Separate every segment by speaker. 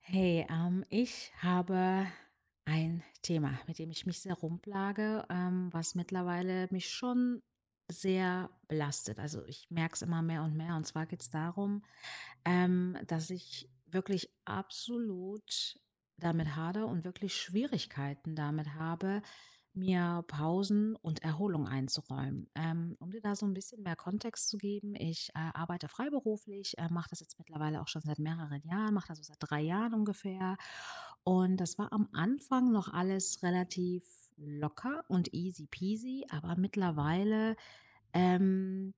Speaker 1: Hey, ich habe ein Thema, mit dem ich mich sehr rumplage, was mittlerweile mich schon sehr belastet. Also ich merke es immer mehr und mehr. Und zwar geht es darum, dass ich wirklich absolut damit hadere und wirklich Schwierigkeiten damit habe, mir Pausen und Erholung einzuräumen. Um dir da so ein bisschen mehr Kontext zu geben, ich, arbeite freiberuflich, mache das jetzt mittlerweile auch schon seit mehreren Jahren, mache das so seit 3 Jahren ungefähr. Und das war am Anfang noch alles relativ locker und easy peasy, aber mittlerweile ähm,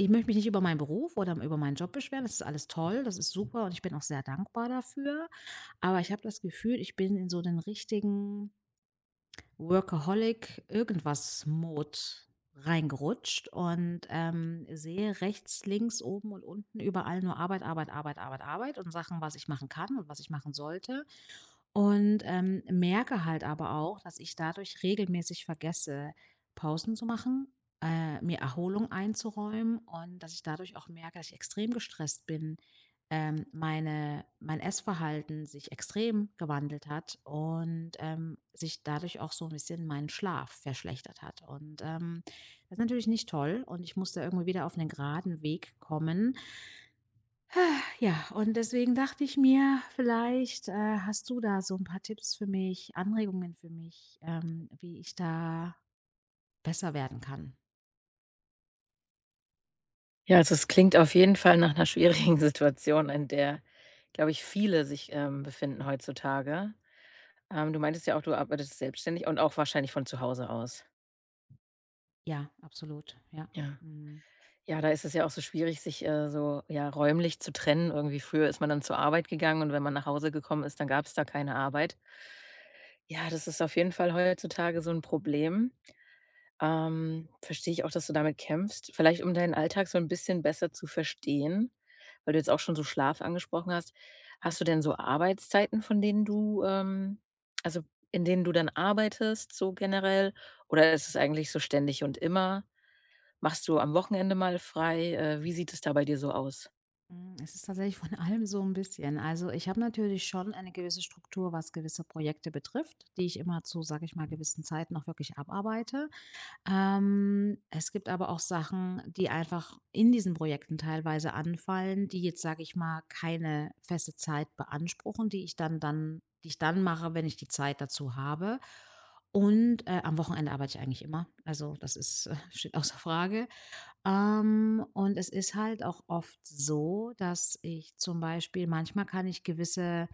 Speaker 1: ich möchte mich nicht über meinen Beruf oder über meinen Job beschweren. Das ist alles toll, das ist super und ich bin auch sehr dankbar dafür. Aber ich habe das Gefühl, ich bin in so den richtigen Workaholic-Irgendwas-Mode reingerutscht und sehe rechts, links, oben und unten überall nur Arbeit, Arbeit, Arbeit, Arbeit, Arbeit und Sachen, was ich machen kann und was ich machen sollte. Und, merke halt aber auch, dass ich dadurch regelmäßig vergesse, Pausen zu machen, mir Erholung einzuräumen und dass ich dadurch auch merke, dass ich extrem gestresst bin. Mein Essverhalten sich extrem gewandelt hat und, sich dadurch auch so ein bisschen mein Schlaf verschlechtert hat. Und, das ist natürlich nicht toll und ich muss da irgendwie wieder auf einen geraden Weg kommen, ja, und deswegen dachte ich mir, vielleicht, hast du da so ein paar Tipps für mich, Anregungen für mich, wie ich da besser werden kann.
Speaker 2: Ja, also es klingt auf jeden Fall nach einer schwierigen Situation, in der, glaube ich, viele sich, befinden heutzutage. Du meintest ja auch, du arbeitest selbstständig und auch wahrscheinlich von zu Hause aus.
Speaker 1: Ja, absolut, ja.
Speaker 2: Ja.
Speaker 1: Mhm.
Speaker 2: Ja, da ist es ja auch so schwierig, sich, so, ja, räumlich zu trennen. Irgendwie früher ist man dann zur Arbeit gegangen und wenn man nach Hause gekommen ist, dann gab es da keine Arbeit. Ja, das ist auf jeden Fall heutzutage so ein Problem. Verstehe ich auch, dass du damit kämpfst. Vielleicht, um deinen Alltag so ein bisschen besser zu verstehen, weil du jetzt auch schon so Schlaf angesprochen hast. Hast du denn so Arbeitszeiten, von denen du, also, in denen du dann arbeitest, so generell? Oder ist es eigentlich so ständig und immer? Machst du am Wochenende mal frei? Wie sieht es da bei dir so aus?
Speaker 1: Mhm. Es ist tatsächlich von allem so ein bisschen. Also, ich habe natürlich schon eine gewisse Struktur, was gewisse Projekte betrifft, die ich immer zu, sage ich mal, gewissen Zeiten auch wirklich abarbeite. Es gibt aber auch Sachen, die einfach in diesen Projekten teilweise anfallen, die jetzt, sage ich mal, keine feste Zeit beanspruchen, die ich dann die ich dann mache, wenn ich die Zeit dazu habe. Und, am Wochenende arbeite ich eigentlich immer. Also, das ist steht außer Frage. Und es ist halt auch oft so, dass ich zum Beispiel manchmal kann ich gewisse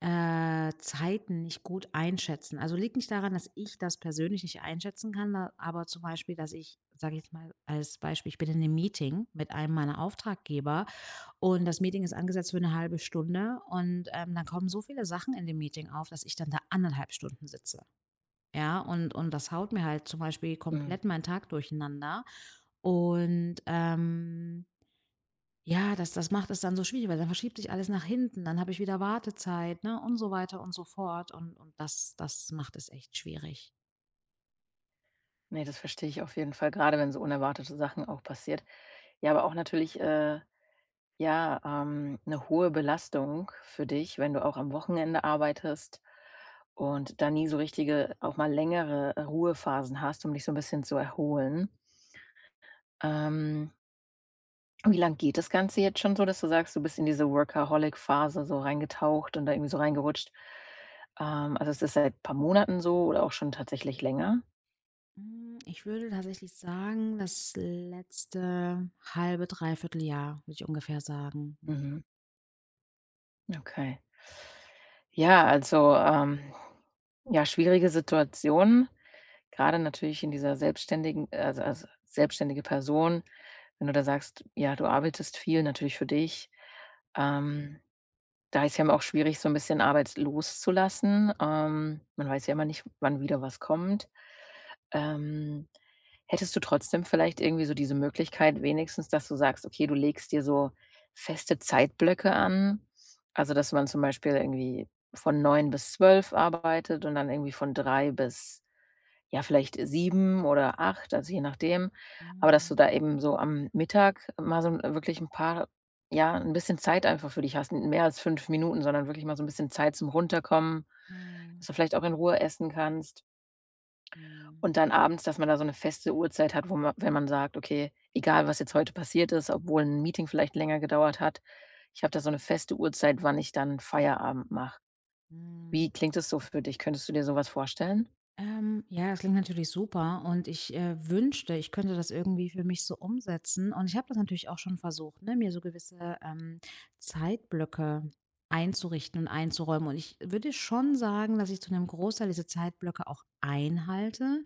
Speaker 1: Zeiten nicht gut einschätzen. Also liegt nicht daran, dass ich das persönlich nicht einschätzen kann, aber zum Beispiel, dass ich, sage ich jetzt mal als Beispiel, ich bin in einem Meeting mit einem meiner Auftraggeber und das Meeting ist angesetzt für eine halbe Stunde und dann kommen so viele Sachen in dem Meeting auf, dass ich dann da anderthalb Stunden sitze. Ja, und das haut mir halt zum Beispiel
Speaker 2: Mhm.
Speaker 1: komplett meinen Tag durcheinander. Und ja, das macht es dann so schwierig, weil dann verschiebt sich alles nach hinten, dann habe ich wieder Wartezeit, ne, und so weiter und so fort und das macht es echt schwierig.
Speaker 2: Ne, das verstehe ich auf jeden Fall, gerade wenn so unerwartete Sachen auch passiert. Ja, aber auch natürlich, ja, 'ne hohe Belastung für dich, wenn du auch am Wochenende arbeitest und da nie so richtige auch mal längere Ruhephasen hast, um dich so ein bisschen zu erholen. Ähm, Wie lange geht das Ganze jetzt schon so, dass du sagst, du bist in diese Workaholic-Phase so reingetaucht und da irgendwie so reingerutscht? Also, es ist das seit ein paar Monaten so oder auch schon tatsächlich länger?
Speaker 1: Hm, ich würde tatsächlich sagen, das letzte halbe, dreiviertel Jahr, würde ich ungefähr sagen.
Speaker 2: Mhm, okay. Ja, also, ja, schwierige Situation. Gerade natürlich in dieser selbstständigen also als selbstständige Person, wenn du da sagst, ja, du arbeitest viel natürlich für dich, ähm, da ist ja immer auch schwierig, so ein bisschen Arbeit loszulassen. Man weiß ja immer nicht, wann wieder was kommt. Ähm, Hättest du trotzdem vielleicht irgendwie so diese Möglichkeit wenigstens, dass du sagst: „Okay, du legst dir so feste Zeitblöcke an?“ Also, dass man zum Beispiel irgendwie von 9 bis 12 arbeitet und dann irgendwie von 3 bis ja, vielleicht 7 oder 8 also je nachdem. Aber dass du
Speaker 1: Mhm.
Speaker 2: da eben so am Mittag mal so 'n wirklich 'n paar ja, 'n bisschen Zeit einfach für dich hast. Mehr als 5 Minuten, sondern wirklich mal so 'n bisschen Zeit zum Runterkommen,
Speaker 1: Mhm.
Speaker 2: dass du vielleicht auch in Ruhe essen kannst.
Speaker 1: Mhm.
Speaker 2: Und dann abends, dass man da so 'ne feste Uhrzeit hat, wo man wenn man sagt: „Okay, egal was jetzt heute passiert ist, obwohl 'n Meeting vielleicht länger gedauert hat, ich habe da so 'ne feste Uhrzeit, wann ich dann Feierabend mache.“ Wie
Speaker 1: Mhm.
Speaker 2: klingt das so für dich? Könntest du dir so was vorstellen?
Speaker 1: Ja, das klingt natürlich super und ich wünschte, ich könnte das irgendwie für mich so umsetzen. Und ich habe das natürlich auch schon versucht, ne, mir so gewisse Zeitblöcke einzurichten und einzuräumen. Und ich würde schon sagen, dass ich zu einem Großteil diese Zeitblöcke auch einhalte.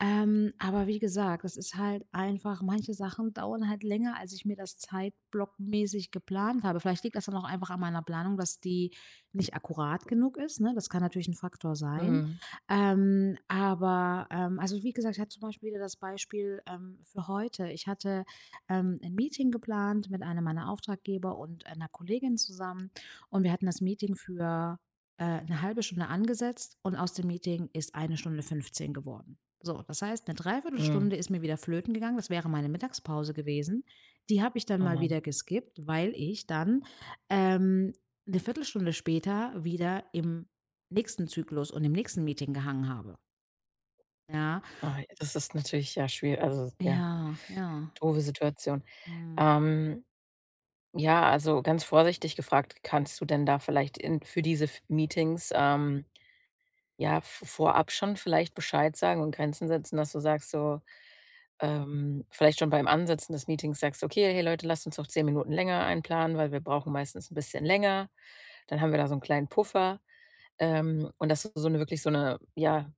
Speaker 1: Aber wie gesagt, das ist halt einfach manche Sachen dauern halt länger, als ich mir das zeitblockmäßig geplant habe. Vielleicht liegt das dann auch einfach an meiner Planung, dass die nicht akkurat genug ist, ne? Das kann natürlich ein Faktor sein.
Speaker 2: Mhm,
Speaker 1: Also, wie gesagt, ich hatte zum Beispiel wieder das Beispiel, für heute. Ich hatte, 'n Meeting geplant mit einem meiner Auftraggeber und einer Kollegin zusammen und wir hatten das Meeting für, 'ne 1 Stunde angesetzt und aus dem Meeting ist eine Stunde 15 geworden. So, das heißt, eine
Speaker 2: mhm.
Speaker 1: Dreiviertelstunde ist mir wieder flöten gegangen. Das wäre meine Mittagspause gewesen. Die habe ich dann
Speaker 2: Oh
Speaker 1: mal
Speaker 2: Mann.
Speaker 1: wieder geskippt, weil ich dann, ähm, 'ne Viertelstunde später wieder im nächsten Zyklus und im nächsten Meeting gehangen habe. Ja,
Speaker 2: Oh, das ist natürlich ja schwierig, also ja,
Speaker 1: ja, ja.
Speaker 2: doofe Situation.
Speaker 1: Mhm,
Speaker 2: Ähm, ja, also ganz vorsichtig gefragt, kannst du denn da vielleicht in für diese f Meetings, ja, v vorab schon vielleicht Bescheid sagen und Grenzen setzen, dass du sagst so, vielleicht schon beim Ansetzen des Meetings sagst: „Okay, hey Leute, lasst uns doch 10 Minuten länger einplanen, weil wir brauchen meistens ein bisschen länger. Dann haben wir da so einen kleinen Puffer.“ und dass du so eine wirklich so eine ja,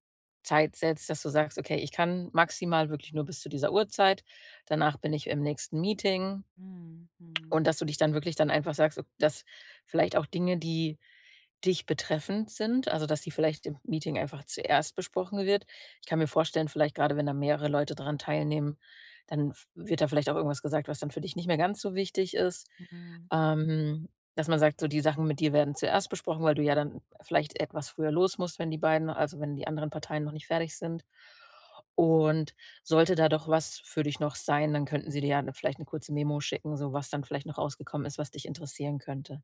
Speaker 2: Zeit setzt, dass du sagst: „Okay, ich kann maximal wirklich nur bis zu dieser Uhrzeit. Danach bin ich im nächsten Meeting.“
Speaker 1: mhm, mhm,
Speaker 2: Und dass du dich dann wirklich dann einfach sagst, ok, dass vielleicht auch Dinge, die dich betreffend sind, also dass die vielleicht im Meeting einfach zuerst besprochen wird. Ich kann mir vorstellen, vielleicht gerade wenn da mehrere Leute dran teilnehmen, dann wird da vielleicht auch irgendwas gesagt, was dann für dich nicht mehr ganz so wichtig ist.
Speaker 1: mhm.
Speaker 2: Ähm, dass man sagt, so die Sachen mit dir werden zuerst besprochen, weil du ja dann vielleicht etwas früher los musst, wenn die beiden, also wenn die anderen Parteien noch nicht fertig sind. Und sollte da doch was für dich noch sein, dann könnten sie dir ja vielleicht eine kurze Memo schicken, so was dann vielleicht noch rausgekommen ist, was dich interessieren könnte.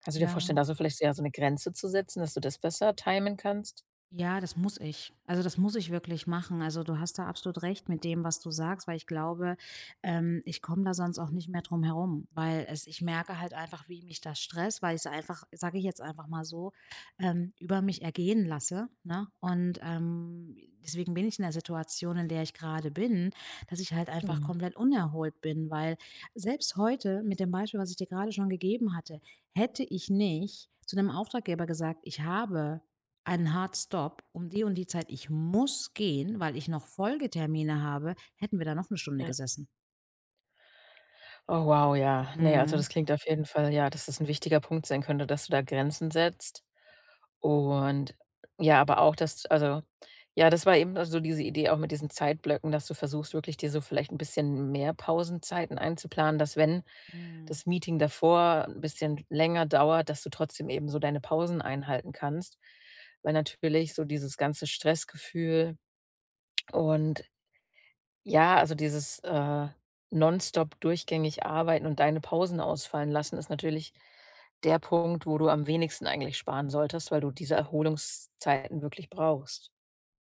Speaker 2: Kannst du dir vorstellen,
Speaker 1: Ja.
Speaker 2: da so vielleicht eher so eine Grenze zu setzen, dass du das besser timen kannst?
Speaker 1: Ja, das muss ich. Also, das muss ich wirklich machen. Also, du hast da absolut recht mit dem, was du sagst, weil ich glaube, ich komme da sonst auch nicht mehr drum herum, weil es, ich merke halt einfach, wie mich das stresst, weil ich es einfach, sage ich jetzt einfach mal so, über mich ergehen lasse. Ne? Und deswegen bin ich in der Situation, in der ich gerade bin, dass ich halt einfach
Speaker 2: Mhm,
Speaker 1: komplett unerholt bin, weil selbst heute mit dem Beispiel, was ich dir gerade schon gegeben hatte, hätte ich nicht zu dem Auftraggeber gesagt, ich habe einen Hard Stop um die und die Zeit, ich muss gehen, weil ich noch Folgetermine habe, hätten wir da noch eine Stunde
Speaker 2: ja.
Speaker 1: gesessen.
Speaker 2: Oh wow, ja. Ne, also
Speaker 1: Mhm,
Speaker 2: das klingt auf jeden Fall ja, dass das ein wichtiger Punkt sein könnte, dass du da Grenzen setzt. Und ja, aber auch das also, ja, das war eben so also diese Idee auch mit diesen Zeitblöcken, dass du versuchst, wirklich dir so vielleicht ein bisschen mehr Pausenzeiten einzuplanen, dass wenn
Speaker 1: mhm.
Speaker 2: das Meeting davor ein bisschen länger dauert, dass du trotzdem eben so deine Pausen einhalten kannst. Weil natürlich so dieses ganze Stressgefühl und ja, also dieses, nonstop durchgängig arbeiten und deine Pausen ausfallen lassen, ist natürlich der Punkt, wo du am wenigsten eigentlich sparen solltest, weil du diese Erholungszeiten wirklich brauchst.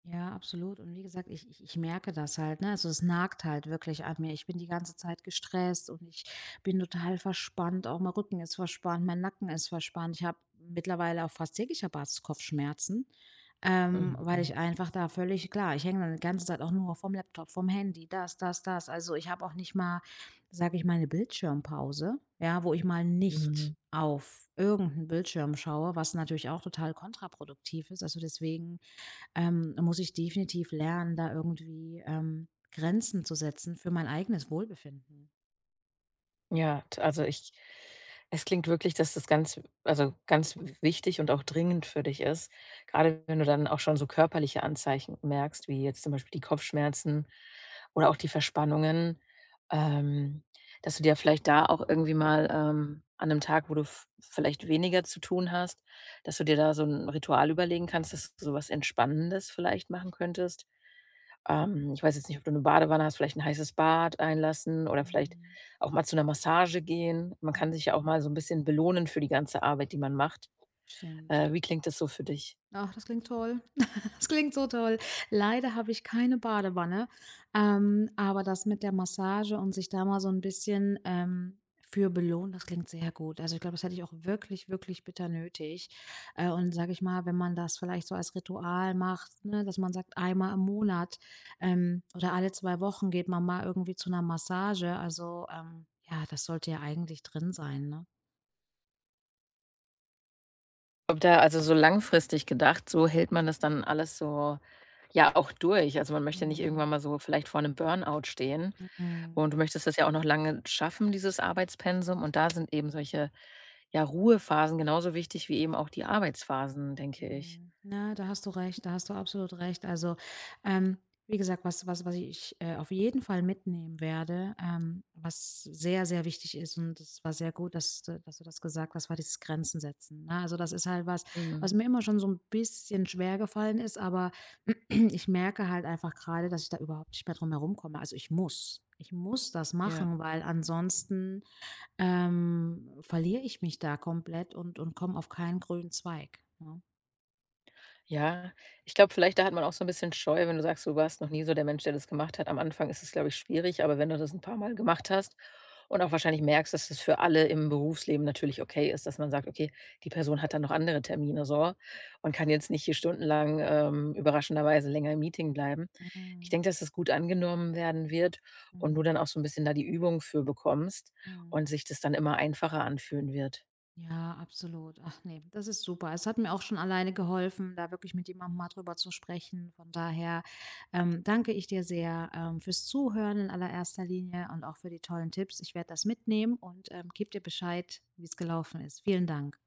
Speaker 1: Ja, absolut. Und wie gesagt, ich ich merke das halt, ne? Also, es nagt halt wirklich an mir. Ich bin die ganze Zeit gestresst und ich bin total verspannt. Auch mein Rücken ist verspannt, mein Nacken ist verspannt. Ich habe mittlerweile auf fast täglicher Basis Kopfschmerzen,
Speaker 2: Mhm, ja.
Speaker 1: weil ich einfach da völlig klar, ich hänge dann die ganze Zeit auch nur vom Laptop, vom Handy, das. Also, ich habe auch nicht mal, sage ich mal, eine Bildschirmpause, ja, wo ich mal
Speaker 2: Mhm.
Speaker 1: nicht auf irgendeinen Bildschirm schaue, was natürlich auch total kontraproduktiv ist. Also, deswegen muss ich definitiv lernen, da irgendwie, Grenzen zu setzen für mein eigenes Wohlbefinden.
Speaker 2: Ja, t also ich es klingt wirklich, dass das ganz also ganz wichtig und auch dringend für dich ist, gerade wenn du dann auch schon so körperliche Anzeichen merkst, wie jetzt zum Beispiel die Kopfschmerzen oder auch die Verspannungen, ähm, dass du dir vielleicht da auch irgendwie mal, an einem Tag, wo du v vielleicht weniger zu tun hast, dass du dir da so ein Ritual überlegen kannst, dass du so was Entspannendes vielleicht machen könntest, ich weiß jetzt nicht, ob du eine Badewanne hast, vielleicht ein heißes Bad einlassen oder vielleicht
Speaker 1: Mhm,
Speaker 2: auch mal zu einer Massage gehen. Man
Speaker 1: mhm.
Speaker 2: kann sich ja auch mal so ein bisschen belohnen für die ganze Arbeit, die man macht.
Speaker 1: Stimmt, ja.
Speaker 2: Wie klingt das so für dich?
Speaker 1: Ach, das klingt toll. Das klingt so toll. Leider habe ich keine Badewanne, aber das mit der Massage und sich da mal so ein bisschen, für belohnen, das klingt sehr gut. Also, ich glaube, das hätte ich auch wirklich, wirklich bitter nötig. Und sage ich mal, wenn man das vielleicht so als Ritual macht, ne, dass man sagt, einmal im Monat, oder alle 2 Wochen geht man mal irgendwie zu einer Massage. Also, ja, das sollte ja eigentlich drin sein, ne?
Speaker 2: Ob da also, so langfristig gedacht, so hält man das dann alles so, ja, auch durch. Also, man möchte ja nicht
Speaker 1: Mhm,
Speaker 2: irgendwann mal so vielleicht vor einem Burnout stehen
Speaker 1: mhm.
Speaker 2: und du möchtest das ja auch noch lange schaffen, dieses Arbeitspensum und da sind eben solche, ja, Ruhephasen genauso wichtig wie eben auch die Arbeitsphasen, denke ich.
Speaker 1: Mhm. Na, da hast du recht, da hast du absolut recht. Also, ähm, wie gesagt, was ich, auf jeden Fall mitnehmen werde, was sehr, sehr wichtig ist und es war sehr gut, dass du das gesagt hast, war dieses Grenzen setzen, ne? Also, das ist halt was,
Speaker 2: Mhm,
Speaker 1: was mir immer schon so ein bisschen schwergefallen ist, aber ich merke halt einfach gerade, dass ich da überhaupt nicht mehr drum herum komme. Also, ich muss das
Speaker 2: ja.
Speaker 1: machen, weil ansonsten, verliere ich mich da komplett und komme auf keinen grünen Zweig, ne?
Speaker 2: Ja, ich glaube, vielleicht da hat man auch so ein bisschen Scheu, wenn du sagst, du warst noch nie so der Mensch, der das gemacht hat. Am Anfang ist es, glaube ich, schwierig, aber wenn du das ein paar Mal gemacht hast und auch wahrscheinlich merkst, dass das für alle im Berufsleben natürlich okay ist, dass man sagt: „Okay, die Person hat dann noch andere Termine so und kann jetzt nicht hier stundenlang, überraschenderweise länger im Meeting bleiben.“ Ich
Speaker 1: Mhm,
Speaker 2: denke, dass das gut angenommen werden wird und du dann
Speaker 1: mhm,
Speaker 2: auch so ein bisschen da die Übung für bekommst
Speaker 1: mhm.
Speaker 2: und sich das dann immer einfacher anfühlen wird.
Speaker 1: Ja, absolut. Ach nee, das ist super. Es hat mir auch schon alleine geholfen, da wirklich mit jemandem mal drüber zu sprechen. Von daher, danke ich dir sehr, fürs Zuhören in allererster Linie und auch für die tollen Tipps. Ich werde das mitnehmen und, gebe dir Bescheid, wie es gelaufen ist. Vielen Dank.